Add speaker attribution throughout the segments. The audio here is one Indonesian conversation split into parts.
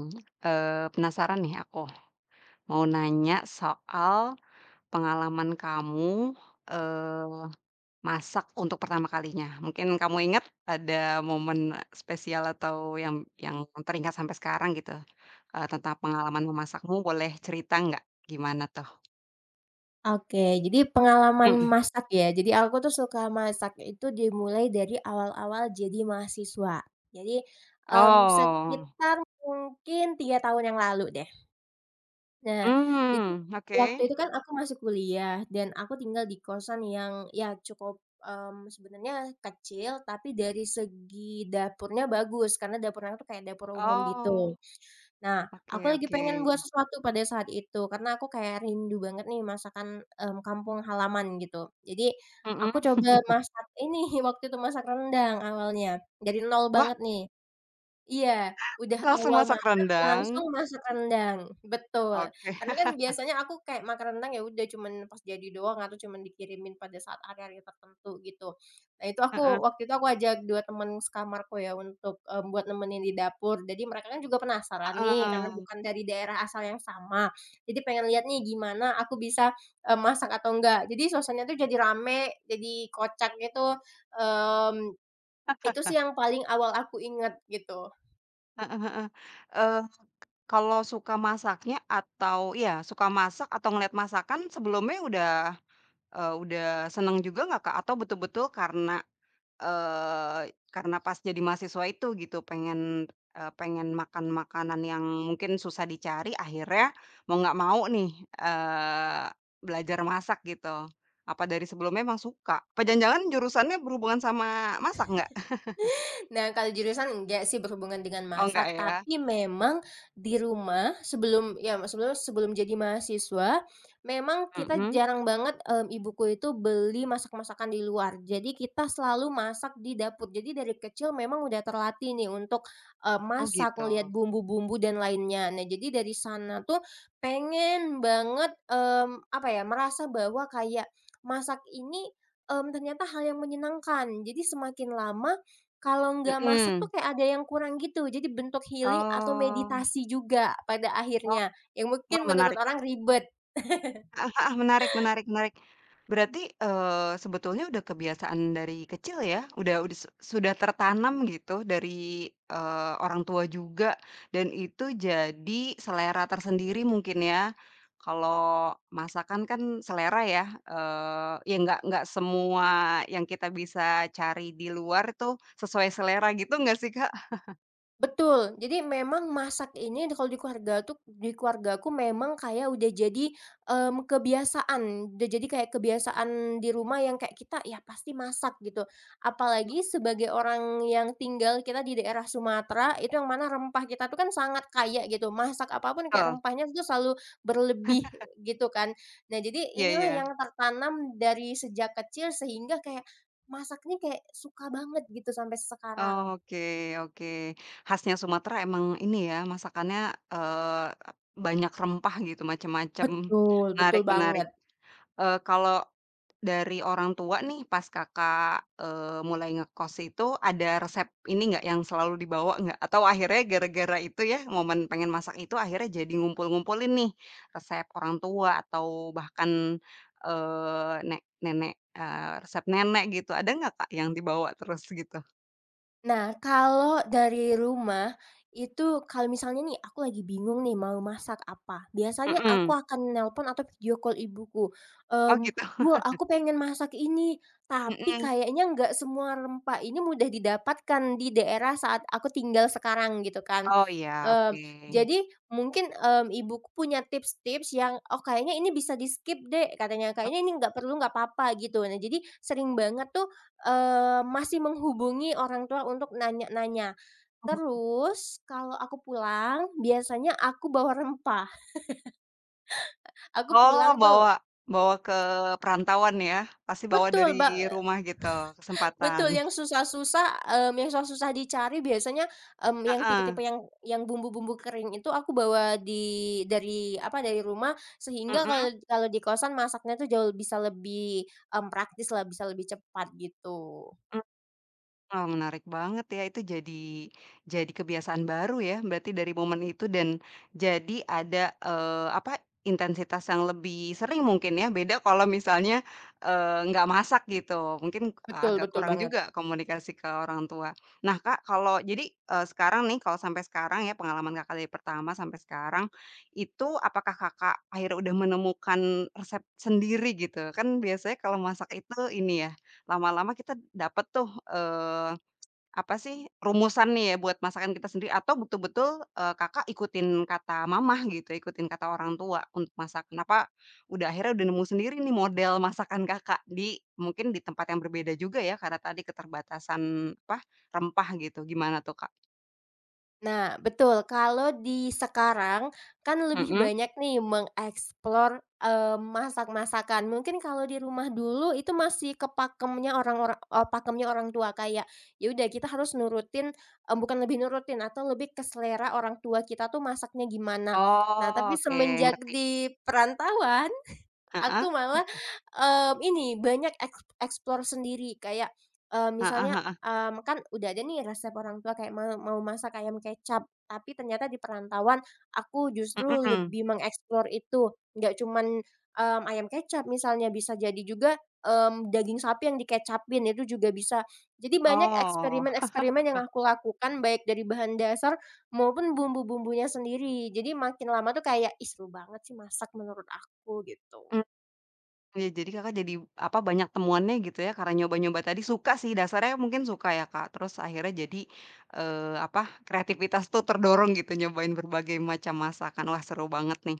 Speaker 1: Mmm, penasaran nih aku, mau nanya soal pengalaman kamu, eee, masak untuk pertama kalinya. Mungkin kamu ingat ada momen spesial atau yang yang teringat sampai sekarang gitu, tentang pengalaman memasakmu, boleh cerita nggak? Gimana tuh?
Speaker 2: Oke, jadi pengalaman
Speaker 1: Mhm.
Speaker 2: masak ya. Jadi aku tuh suka masak itu dimulai dari awal-awal jadi mahasiswa. Jadi,
Speaker 1: Oh,
Speaker 2: sekitar mungkin 3 tahun yang lalu deh. Nah, jadi
Speaker 1: hmm oke.
Speaker 2: waktu itu kan aku masih kuliah dan aku tinggal di kosan yang ya cukup, sebenarnya kecil, tapi dari segi dapurnya bagus, karena dapurnya tuh kayak dapur umum
Speaker 1: Oh,
Speaker 2: gitu. Nah,
Speaker 1: oke
Speaker 2: aku lagi
Speaker 1: oke.
Speaker 2: pengen buat sesuatu pada saat itu, karena aku kayak rindu banget nih masakan, kampung halaman gitu. Jadi, aku
Speaker 1: Mhm.
Speaker 2: coba masak ini, waktu itu masak rendang awalnya, dari nol
Speaker 1: Wah,
Speaker 2: banget nih. Iya, udah
Speaker 1: langsung
Speaker 2: awal
Speaker 1: masak
Speaker 2: masak
Speaker 1: rendang?
Speaker 2: langsung masak rendang, betul.
Speaker 1: Oke.
Speaker 2: Karena kan biasanya aku kayak makan rendang ya udah cuman pas jadi doang atau cuman dikirimin pada saat hari-hari tertentu gitu. Nah, itu
Speaker 1: Heeh
Speaker 2: aku waktu itu aku ajak 2 teman sekamarku ya untuk, buat nemenin di dapur. Jadi mereka kan juga penasaran nih karena
Speaker 1: heeh.
Speaker 2: bukan dari daerah asal yang sama. Jadi pengen lihat nih gimana aku bisa, masak atau enggak. Jadi suasananya tuh jadi rame, jadi kocak gitu, mmm, itu sih yang paling awal aku inget gitu.
Speaker 1: Heeh heeh. Eee, kalau suka masaknya atau iya, suka masak atau ngeliat masakan sebelumnya udah seneng juga nggak, Kak? Atau betul-betul karena, karena pas jadi mahasiswa itu gitu pengen, pengen makan makanan yang mungkin susah dicari akhirnya mau nggak mau nih, eee, belajar masak gitu? Apa dari sebelumnya emang suka? Apa jangan-jangan jurusannya berhubungan sama masak nggak?
Speaker 2: Nah, kalau jurusan enggak sih berhubungan dengan
Speaker 1: Oh, nggak
Speaker 2: masak,
Speaker 1: ya?
Speaker 2: tapi memang di rumah sebelum ya sebelum sebelum jadi mahasiswa, memang kita
Speaker 1: Mhm.
Speaker 2: jarang banget, ibuku itu beli masak-masakan di luar. Jadi kita selalu masak di dapur. Jadi dari kecil memang udah terlatih nih untuk,
Speaker 1: Oh
Speaker 2: masak,
Speaker 1: gitu.
Speaker 2: ngelihat bumbu-bumbu dan lainnya. Nah, jadi dari sana tuh pengen banget, apa ya, merasa bahwa kayak masak ini, ternyata hal yang menyenangkan. Jadi semakin lama kalau nggak masak tuh
Speaker 1: Mhm.
Speaker 2: kayak ada yang kurang gitu, jadi bentuk healing atau
Speaker 1: Oh,
Speaker 2: meditasi juga pada
Speaker 1: oh,
Speaker 2: akhirnya, yang
Speaker 1: wah
Speaker 2: mungkin menurut
Speaker 1: menarik,
Speaker 2: orang ribet.
Speaker 1: ah heeh, menarik menarik menarik. Berarti, sebetulnya udah kebiasaan dari kecil ya, udah su sudah tertanam gitu dari, orang tua juga, dan itu jadi selera tersendiri mungkin ya. Kalau masakan kan selera ya, ya nggak semua yang kita bisa cari di luar tuh sesuai selera gitu nggak sih, Kak?
Speaker 2: Betul, jadi memang masak ini kalau di keluargaku memang kayak udah jadi, kebiasaan, udah jadi kayak kebiasaan di rumah yang kayak kita ya pasti masak gitu. Apalagi sebagai orang yang tinggal kita di daerah Sumatera itu yang mana rempah kita tuh kan sangat kaya gitu, masak apapun kayak
Speaker 1: Heeh,
Speaker 2: rempahnya itu selalu berlebih gitu kan. Nah jadi
Speaker 1: iya
Speaker 2: inilah
Speaker 1: iya.
Speaker 2: yang tertanam dari sejak kecil sehingga kayak masaknya kayak suka banget gitu sampai sekarang.
Speaker 1: Oke oke. Khasnya Sumatera emang ini ya, masakannya, eee, banyak rempah gitu, macam-macam.
Speaker 2: Betul, betul
Speaker 1: Menarik menarik.
Speaker 2: banget.
Speaker 1: Kalau dari orang tua nih, pas Kakak, mulai ngekos itu, ada resep ini nggak, yang selalu dibawa nggak? Atau akhirnya gara-gara itu ya, momen pengen masak itu, akhirnya jadi ngumpul-ngumpulin nih, resep orang tua atau bahkan, eee, nek nenek eee, resep nenek gitu. Ada nggak Kak, yang dibawa terus gitu?
Speaker 2: Nah, kalau dari rumah, itu kalau misalnya nih aku lagi bingung nih mau masak apa, biasanya aku
Speaker 1: Mhm.
Speaker 2: akan nelpon atau video call ibuku,
Speaker 1: Oh
Speaker 2: mmm,
Speaker 1: gitu?
Speaker 2: "Bu, aku pengen masak ini, tapi
Speaker 1: Mhm.
Speaker 2: kayaknya nggak semua rempah ini mudah didapatkan di daerah saat aku tinggal sekarang," gitu kan.
Speaker 1: Oh iya, oke.
Speaker 2: Mmm, jadi mungkin, ibuku punya tips-tips yang, "Oh, kayaknya ini bisa di-skip deh," katanya, "kayaknya ini nggak perlu, nggak apa-apa," gitu. Nah, jadi sering banget tuh masih menghubungi orang tua untuk nanya-nanya. Terus kalau aku pulang biasanya aku bawa rempah. Aku
Speaker 1: Oh,
Speaker 2: pulang tuh
Speaker 1: bawa bawa ke perantauan ya? Pasti bawa dari
Speaker 2: betul, Mbak,
Speaker 1: rumah gitu, kesempatan.
Speaker 2: betul yang susah-susah, yang susah-susah dicari biasanya, yang
Speaker 1: Heeh.
Speaker 2: tipe-tipe yang bumbu-bumbu kering itu aku bawa dari apa, dari rumah sehingga kalau
Speaker 1: Mhm?
Speaker 2: kalau di kosan masaknya tuh jauh bisa lebih, praktis lah, bisa lebih cepat gitu.
Speaker 1: Wah, menarik banget ya, itu jadi kebiasaan baru ya, berarti dari momen itu dan jadi ada, apa, intensitas yang lebih sering mungkin ya, beda kalau misalnya, nggak masak gitu, mungkin
Speaker 2: Betul,
Speaker 1: agak
Speaker 2: betul
Speaker 1: kurang
Speaker 2: banget.
Speaker 1: juga komunikasi ke orang tua. Nah, Kak, kalau jadi, sekarang nih, kalau sampai sekarang ya, pengalaman Kakak dari pertama sampai sekarang, itu apakah Kakak akhirnya udah menemukan resep sendiri gitu? Kan biasanya kalau masak itu ini ya, lama-lama kita dapet tuh, apa sih, rumusan nih ya buat masakan kita sendiri atau betul-betul, Kakak ikutin kata mama gitu, ikutin kata orang tua untuk masak. Kenapa udah akhirnya udah nemu sendiri nih model masakan Kakak mungkin di tempat yang berbeda juga ya karena tadi keterbatasan apa, rempah gitu. Gimana tuh, Kak?
Speaker 2: Nah, betul. Kalau di sekarang kan lebih
Speaker 1: Mhm.
Speaker 2: banyak nih mengeksplor, masak-masakan. Mungkin kalau di rumah dulu itu masih pakemnya orang tua kayak, ya udah kita harus nurutin bukan lebih nurutin atau lebih ke selera orang tua kita tuh masaknya gimana. Nah,
Speaker 1: Oh,
Speaker 2: tapi
Speaker 1: oke
Speaker 2: semenjak
Speaker 1: ngerti.
Speaker 2: di perantauan aku
Speaker 1: Heeh,
Speaker 2: malah, ini banyak explore sendiri kayak,
Speaker 1: heeh
Speaker 2: misalnya,
Speaker 1: heeh.
Speaker 2: kan udah ada nih resep orang tua kayak mau mau masak ayam kecap, tapi ternyata di perantauan aku justru
Speaker 1: Mhm.
Speaker 2: lebih mengeksplor itu. Nggak cuman, ayam kecap misalnya bisa jadi juga, daging sapi yang dikecapin itu juga bisa. Jadi banyak
Speaker 1: Oh.
Speaker 2: eksperimen-eksperimen yang aku lakukan baik dari bahan dasar maupun bumbu-bumbunya sendiri. Jadi makin lama tuh kayak, "Ih seru banget sih masak," menurut aku gitu.
Speaker 1: Iya, jadi Kakak jadi, apa, banyak temuannya gitu ya karena nyoba-nyoba tadi, suka sih, dasarnya mungkin suka ya, Kak. Terus akhirnya jadi, apa, kreativitas tuh terdorong gitu nyobain berbagai macam masakan. Wah, seru banget nih.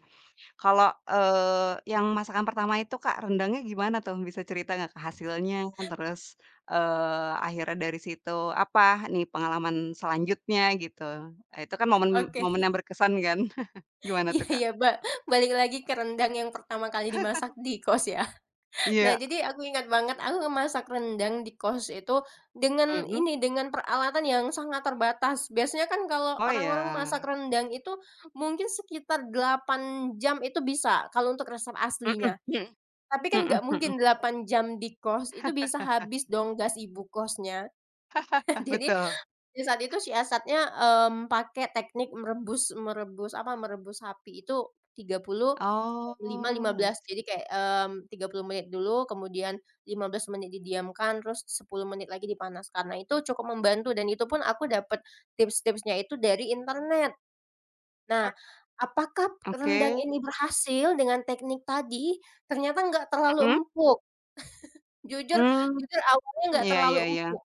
Speaker 1: Kalau, yang masakan pertama itu, Kak, rendangnya gimana tuh? Bisa cerita nggak, Kak, hasilnya? Terus, akhirnya dari situ, apa nih pengalaman selanjutnya gitu? Itu kan momen
Speaker 2: Oke,
Speaker 1: momen yang berkesan kan? Gimana
Speaker 2: iya,
Speaker 1: tuh, Kak?
Speaker 2: iya, Mbak. Balik lagi ke rendang yang pertama kali dimasak di kos ya. Nah,
Speaker 1: Iya,
Speaker 2: jadi aku ingat banget aku masak rendang di kos itu dengan
Speaker 1: mhm.
Speaker 2: ini, dengan peralatan yang sangat terbatas. Biasanya kan kalau
Speaker 1: Oh,
Speaker 2: orang-orang
Speaker 1: ya.
Speaker 2: masak rendang itu mungkin sekitar 8 jam itu bisa, kalau untuk resep
Speaker 1: Mhm
Speaker 2: aslinya.
Speaker 1: mhm,
Speaker 2: Tapi kan
Speaker 1: mhm
Speaker 2: nggak
Speaker 1: mhm.
Speaker 2: mungkin 8 jam di kos, itu bisa habis dong gas ibu kosnya. Jadi
Speaker 1: Betul.
Speaker 2: ya saat itu siasatnya, pakai teknik merebus merebus apa, merebus sapi itu tiga puluh lima lima
Speaker 1: Oh, I
Speaker 2: belas
Speaker 1: see.
Speaker 2: jadi kayak, 30 menit dulu, kemudian 15 menit didiamkan, terus 10 menit lagi dipanaskan. Nah itu cukup membantu dan itu pun aku dapat tips-tipsnya itu dari internet. Nah, apakah rendang
Speaker 1: Oke.
Speaker 2: ini berhasil dengan teknik tadi? Ternyata nggak terlalu
Speaker 1: Mhm?
Speaker 2: empuk. Jujur
Speaker 1: Mmm,
Speaker 2: jujur awalnya nggak
Speaker 1: iya
Speaker 2: terlalu
Speaker 1: iya iya.
Speaker 2: empuk.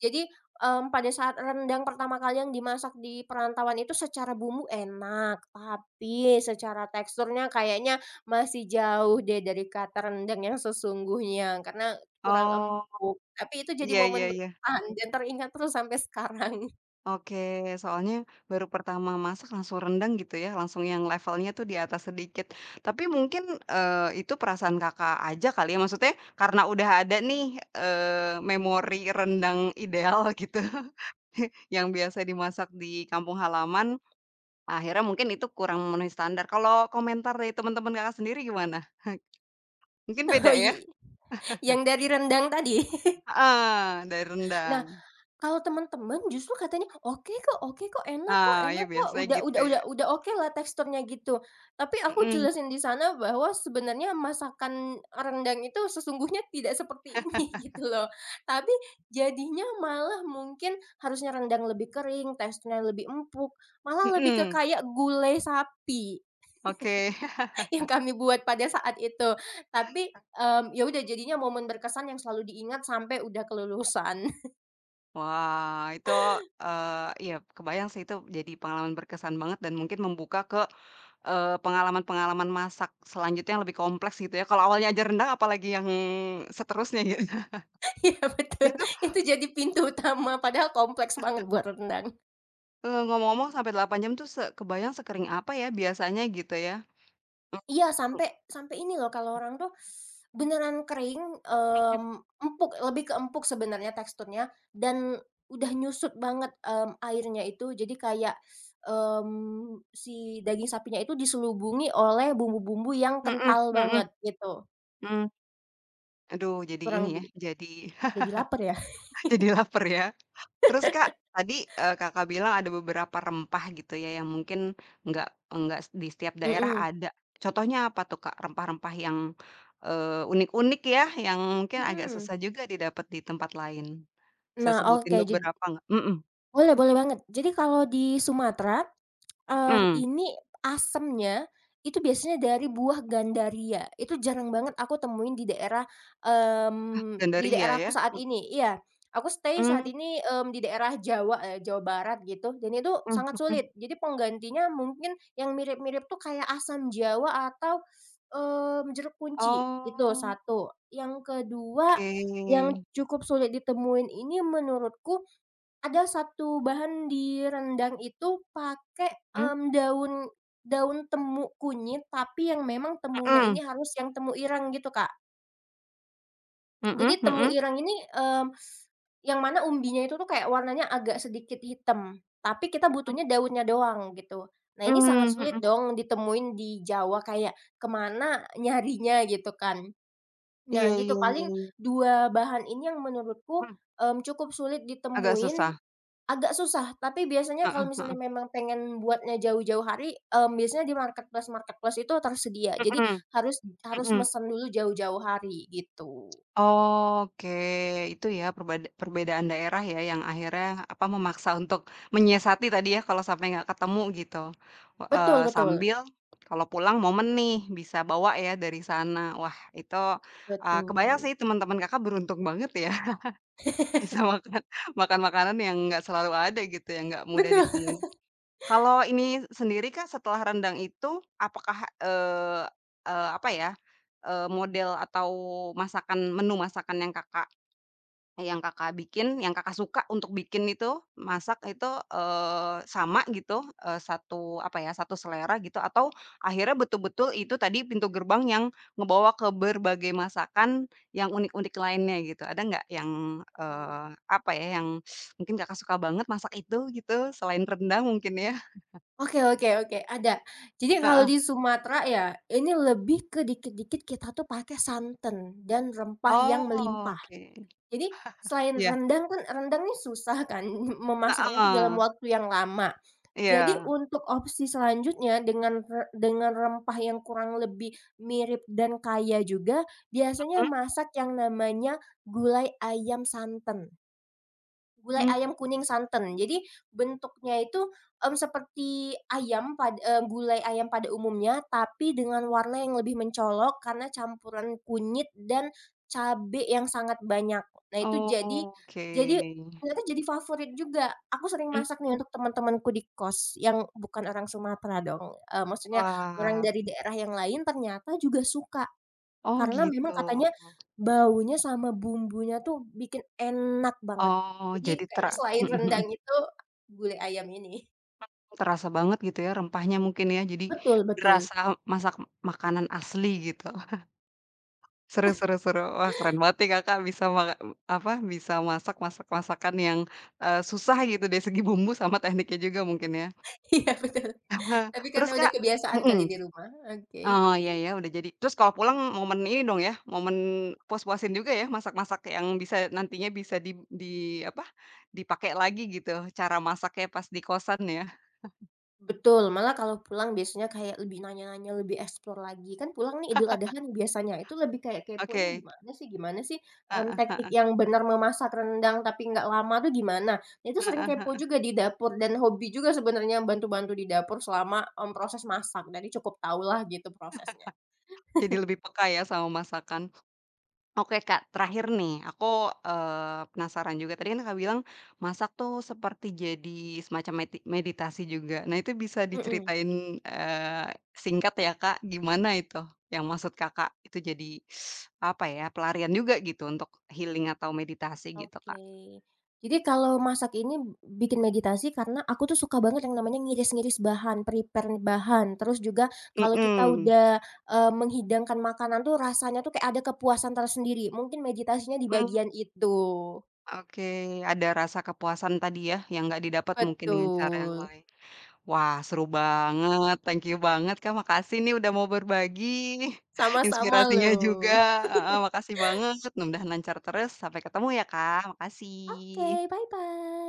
Speaker 2: Jadi, pada saat rendang pertama kali yang dimasak di perantauan itu secara bumbu enak, tapi secara teksturnya kayaknya masih jauh deh dari kata rendang yang sesungguhnya karena kurang
Speaker 1: Oh,
Speaker 2: empuk. Tapi itu jadi
Speaker 1: iya
Speaker 2: momen
Speaker 1: iya iya.
Speaker 2: berkesan dan teringat terus sampai sekarang.
Speaker 1: Oke, soalnya baru pertama masak langsung rendang gitu ya, langsung yang levelnya tuh di atas sedikit. Tapi mungkin, itu perasaan Kakak aja kali ya, maksudnya karena udah ada nih, memori rendang ideal gitu, yang biasa dimasak di kampung halaman, akhirnya mungkin itu kurang memenuhi standar. Kalau komentar dari teman-teman Kakak sendiri gimana? Mungkin
Speaker 2: Oh,
Speaker 1: beda ya?
Speaker 2: yang dari rendang tadi?
Speaker 1: Heeh, dari
Speaker 2: Nah,
Speaker 1: rendang.
Speaker 2: kalau teman-teman justru katanya, "Oke kok, oke kok, enak kok,
Speaker 1: Ah, ya
Speaker 2: enak kok,
Speaker 1: biasanya
Speaker 2: udah
Speaker 1: gitu
Speaker 2: udah
Speaker 1: ya.
Speaker 2: udah udah okelah teksturnya," gitu. Tapi aku
Speaker 1: Mhm
Speaker 2: jelasin di sana bahwa sebenarnya masakan rendang itu sesungguhnya tidak seperti ini gitu loh. Tapi jadinya malah mungkin harusnya rendang lebih kering, teksturnya lebih empuk, malah lebih ke
Speaker 1: mhm,
Speaker 2: kayak gulai sapi
Speaker 1: oke.
Speaker 2: yang kami buat pada saat itu. Tapi, ya udah jadinya momen berkesan yang selalu diingat sampai udah kelulusan.
Speaker 1: Wah, itu, iya kebayang sih itu jadi pengalaman berkesan banget dan mungkin membuka ke, pengalaman-pengalaman masak selanjutnya yang lebih kompleks gitu ya. Kalau awalnya aja rendang apalagi yang seterusnya gitu.
Speaker 2: Iya betul,
Speaker 1: Itu,
Speaker 2: itu jadi pintu utama padahal kompleks banget buat rendang.
Speaker 1: ngomong-ngomong sampai 8 jam tuh kebayang sekering apa ya biasanya gitu ya?
Speaker 2: Iya
Speaker 1: Mhm
Speaker 2: sampai sampai ini loh kalau orang tuh beneran kering,
Speaker 1: mhm
Speaker 2: empuk, lebih ke empuk sebenarnya teksturnya dan udah nyusut banget, airnya itu jadi kayak, si daging sapinya itu diselubungi oleh bumbu-bumbu yang
Speaker 1: mhm
Speaker 2: kental
Speaker 1: mhm.
Speaker 2: banget gitu,
Speaker 1: Mmm, aduh jadi
Speaker 2: kurang
Speaker 1: ini
Speaker 2: lebih.
Speaker 1: ya, jadi
Speaker 2: Jadi laper ya?
Speaker 1: jadi lapar ya. Terus Kak, tadi, Kakak bilang ada beberapa rempah gitu ya yang mungkin nggak nggak di setiap daerah
Speaker 2: Mhm,
Speaker 1: ada. Contohnya apa tuh Kak rempah-rempah yang, unik-unik ya yang mungkin agak
Speaker 2: mhm.
Speaker 1: susah juga didapat di tempat lain? Bisa
Speaker 2: Nah
Speaker 1: sebutin
Speaker 2: oke,
Speaker 1: beberapa nggak? Mhm
Speaker 2: boleh, boleh banget. Jadi kalau di Sumatera,
Speaker 1: mhm,
Speaker 2: ini asemnya itu biasanya dari buah gandaria, itu jarang banget aku temuin di di
Speaker 1: gandaria
Speaker 2: daerahku
Speaker 1: ya?
Speaker 2: saat ini, iya, aku stay saat
Speaker 1: Mhm
Speaker 2: ini, di daerah Jawa ya, Jawa Barat gitu, dan itu
Speaker 1: mhm
Speaker 2: sangat
Speaker 1: mhm.
Speaker 2: sulit. Jadi penggantinya mungkin yang mirip-mirip tuh kayak asam jawa atau, jeruk kunci, itu
Speaker 1: Oh,
Speaker 2: satu. Yang kedua,
Speaker 1: oke.
Speaker 2: yang cukup sulit ditemuin ini menurutku ada satu bahan di rendang itu pakai,
Speaker 1: Mmm,
Speaker 2: daun daun temu kunyit, tapi yang memang temunya ini
Speaker 1: mhm
Speaker 2: harus yang temu ireng gitu, Kak.
Speaker 1: mhm
Speaker 2: Jadi temu
Speaker 1: mhm,
Speaker 2: ireng ini, yang mana umbinya itu tuh kayak warnanya agak sedikit hitam, tapi kita
Speaker 1: mmm,
Speaker 2: butuhnya daunnya doang gitu. Nah ini sangat
Speaker 1: mhm
Speaker 2: sulit
Speaker 1: mhm.
Speaker 2: dong ditemuin di Jawa, kayak ke mana nyarinya gitu kan. Nah
Speaker 1: Iya
Speaker 2: gitu
Speaker 1: iya iya
Speaker 2: paling
Speaker 1: iya,
Speaker 2: 2 bahan ini yang menurutku,
Speaker 1: mhm,
Speaker 2: cukup sulit
Speaker 1: agak
Speaker 2: ditemuin.
Speaker 1: susah.
Speaker 2: Agak susah, tapi biasanya
Speaker 1: Heeh
Speaker 2: kalau
Speaker 1: heeh,
Speaker 2: misalnya memang pengen buatnya jauh-jauh hari, biasanya di marketplace-marketplace itu tersedia. Jadi
Speaker 1: mhm
Speaker 2: harus harus
Speaker 1: mhm.
Speaker 2: mesen dulu jauh-jauh hari gitu.
Speaker 1: Oke, itu ya perbedaan daerah ya yang akhirnya apa, memaksa untuk menyiasati tadi ya kalau sampai nggak ketemu gitu,
Speaker 2: Betul, betul,
Speaker 1: sambil kalau pulang momen nih bisa bawa ya dari sana. Wah itu, kebayang
Speaker 2: betul.
Speaker 1: sih teman-teman Kakak beruntung banget ya bisa makan makan makanan yang nggak selalu ada gitu, yang nggak mudah
Speaker 2: Betul.
Speaker 1: ditemuin. Kalau ini sendiri Kak setelah rendang itu apakah, eee eee, apa ya, eee, model atau menu masakan yang Kakak bikin, yang Kakak suka untuk bikin itu, masak itu, sama gitu, satu apa ya, satu selera gitu atau akhirnya betul-betul itu tadi pintu gerbang yang ngebawa ke berbagai masakan yang unik-unik lainnya gitu, ada nggak yang,
Speaker 2: Oh.
Speaker 1: eee, apa ya, yang mungkin Kakak suka banget masak itu gitu, selain rendang mungkin ya?
Speaker 2: Oke, oke, oke, ada. Jadi kalau
Speaker 1: Heeh.
Speaker 2: di Sumatera ya, ini lebih ke dikit-dikit kita tuh pakai santan dan rempah yang
Speaker 1: Oh,
Speaker 2: melimpah.
Speaker 1: oke.
Speaker 2: Jadi selain
Speaker 1: Iya,
Speaker 2: rendang, kan rendang ini susah kan memasaknya tuh dalam
Speaker 1: heeh,
Speaker 2: waktu yang lama. Jadi
Speaker 1: iya.
Speaker 2: untuk opsi selanjutnya dengan rempah yang kurang lebih mirip dan kaya juga, biasanya
Speaker 1: Mhm?
Speaker 2: masak yang namanya gulai ayam santen. Gulai
Speaker 1: Mmm,
Speaker 2: ayam kuning santen. Jadi bentuknya itu, seperti gulai ayam pada umumnya, tapi dengan warna yang lebih mencolok karena campuran kunyit dan cabe yang sangat banyak. Nah itu
Speaker 1: oke.
Speaker 2: jadi ternyata jadi favorit juga. Aku sering
Speaker 1: Mmm,
Speaker 2: masak nih untuk teman-temanku di kos yang bukan orang Sumatera dong, maksudnya orang
Speaker 1: wah,
Speaker 2: dari daerah yang lain ternyata juga suka.
Speaker 1: oh
Speaker 2: Karena memang
Speaker 1: gitu.
Speaker 2: katanya baunya sama bumbunya tuh bikin enak banget.
Speaker 1: Oh,
Speaker 2: Jadi
Speaker 1: jadi tera
Speaker 2: kayaknya selain
Speaker 1: mhm mhm,
Speaker 2: rendang itu, gulai ayam ini.
Speaker 1: terasa banget gitu ya rempahnya mungkin ya, jadi
Speaker 2: Betul, betul.
Speaker 1: berasa masak makanan asli gitu. Seru seru seru. Wah keren banget nih Kakak bisa bisa masak masak-masakan yang, susah gitu dari segi bumbu sama tekniknya juga mungkin ya.
Speaker 2: Iya betul. Tapi karena
Speaker 1: Terus
Speaker 2: udah
Speaker 1: Kak
Speaker 2: kebiasaan kali
Speaker 1: mhm,
Speaker 2: di rumah, oke.
Speaker 1: oh iya ya udah jadi. Terus kalau pulang momen ini dong ya, momen puas-puasin juga ya masak-masak yang bisa nantinya bisa di apa, dipakai lagi gitu cara masaknya pas di kosan ya?
Speaker 2: Betul, malah kalau pulang biasanya kayak lebih nanya-nanya, lebih explore lagi. Kan pulang nih Idul Adha nih biasanya, itu lebih kayak kepo, "Ini
Speaker 1: Oke.
Speaker 2: gimana sih, gimana sih,
Speaker 1: Heeh
Speaker 2: teknik
Speaker 1: heeh
Speaker 2: yang benar memasak rendang tapi nggak lama tuh gimana?" Nah itu sering kepo
Speaker 1: heeh.
Speaker 2: juga di dapur dan hobi juga sebenarnya bantu-bantu di dapur selama, proses masak, jadi cukup tahulah gitu prosesnya.
Speaker 1: Jadi lebih peka ya sama masakan. Oke Kak, terakhir nih aku, penasaran juga tadi kan Kakak bilang masak tuh seperti jadi semacam meditasi juga. Nah itu bisa
Speaker 2: Mhm.
Speaker 1: diceritain, eee, singkat ya Kak, gimana itu yang maksud Kakak itu jadi apa ya, pelarian juga gitu untuk healing atau meditasi gitu Kak?
Speaker 2: Oke. Jadi kalau masak ini bikin meditasi karena aku tuh suka banget yang namanya ngiris-ngiris bahan, prepare bahan. Terus juga kalau kita
Speaker 1: Mhm,
Speaker 2: udah, menghidangkan makanan tuh rasanya tuh kayak ada kepuasan tersendiri. Mungkin meditasinya di
Speaker 1: mmm,
Speaker 2: bagian itu.
Speaker 1: oke. Ada rasa kepuasan tadi ya yang nggak didapat mungkin dengan cara yang
Speaker 2: Betul.
Speaker 1: lain. Wah, seru banget, thank you banget, Kak, makasih nih udah mau berbagi
Speaker 2: Sama-sama
Speaker 1: inspirasinya juga,
Speaker 2: loh.
Speaker 1: heeh, makasih banget, mudah-mudahan lancar terus, sampai ketemu ya, Kak, makasih.
Speaker 2: Oke, bye-bye.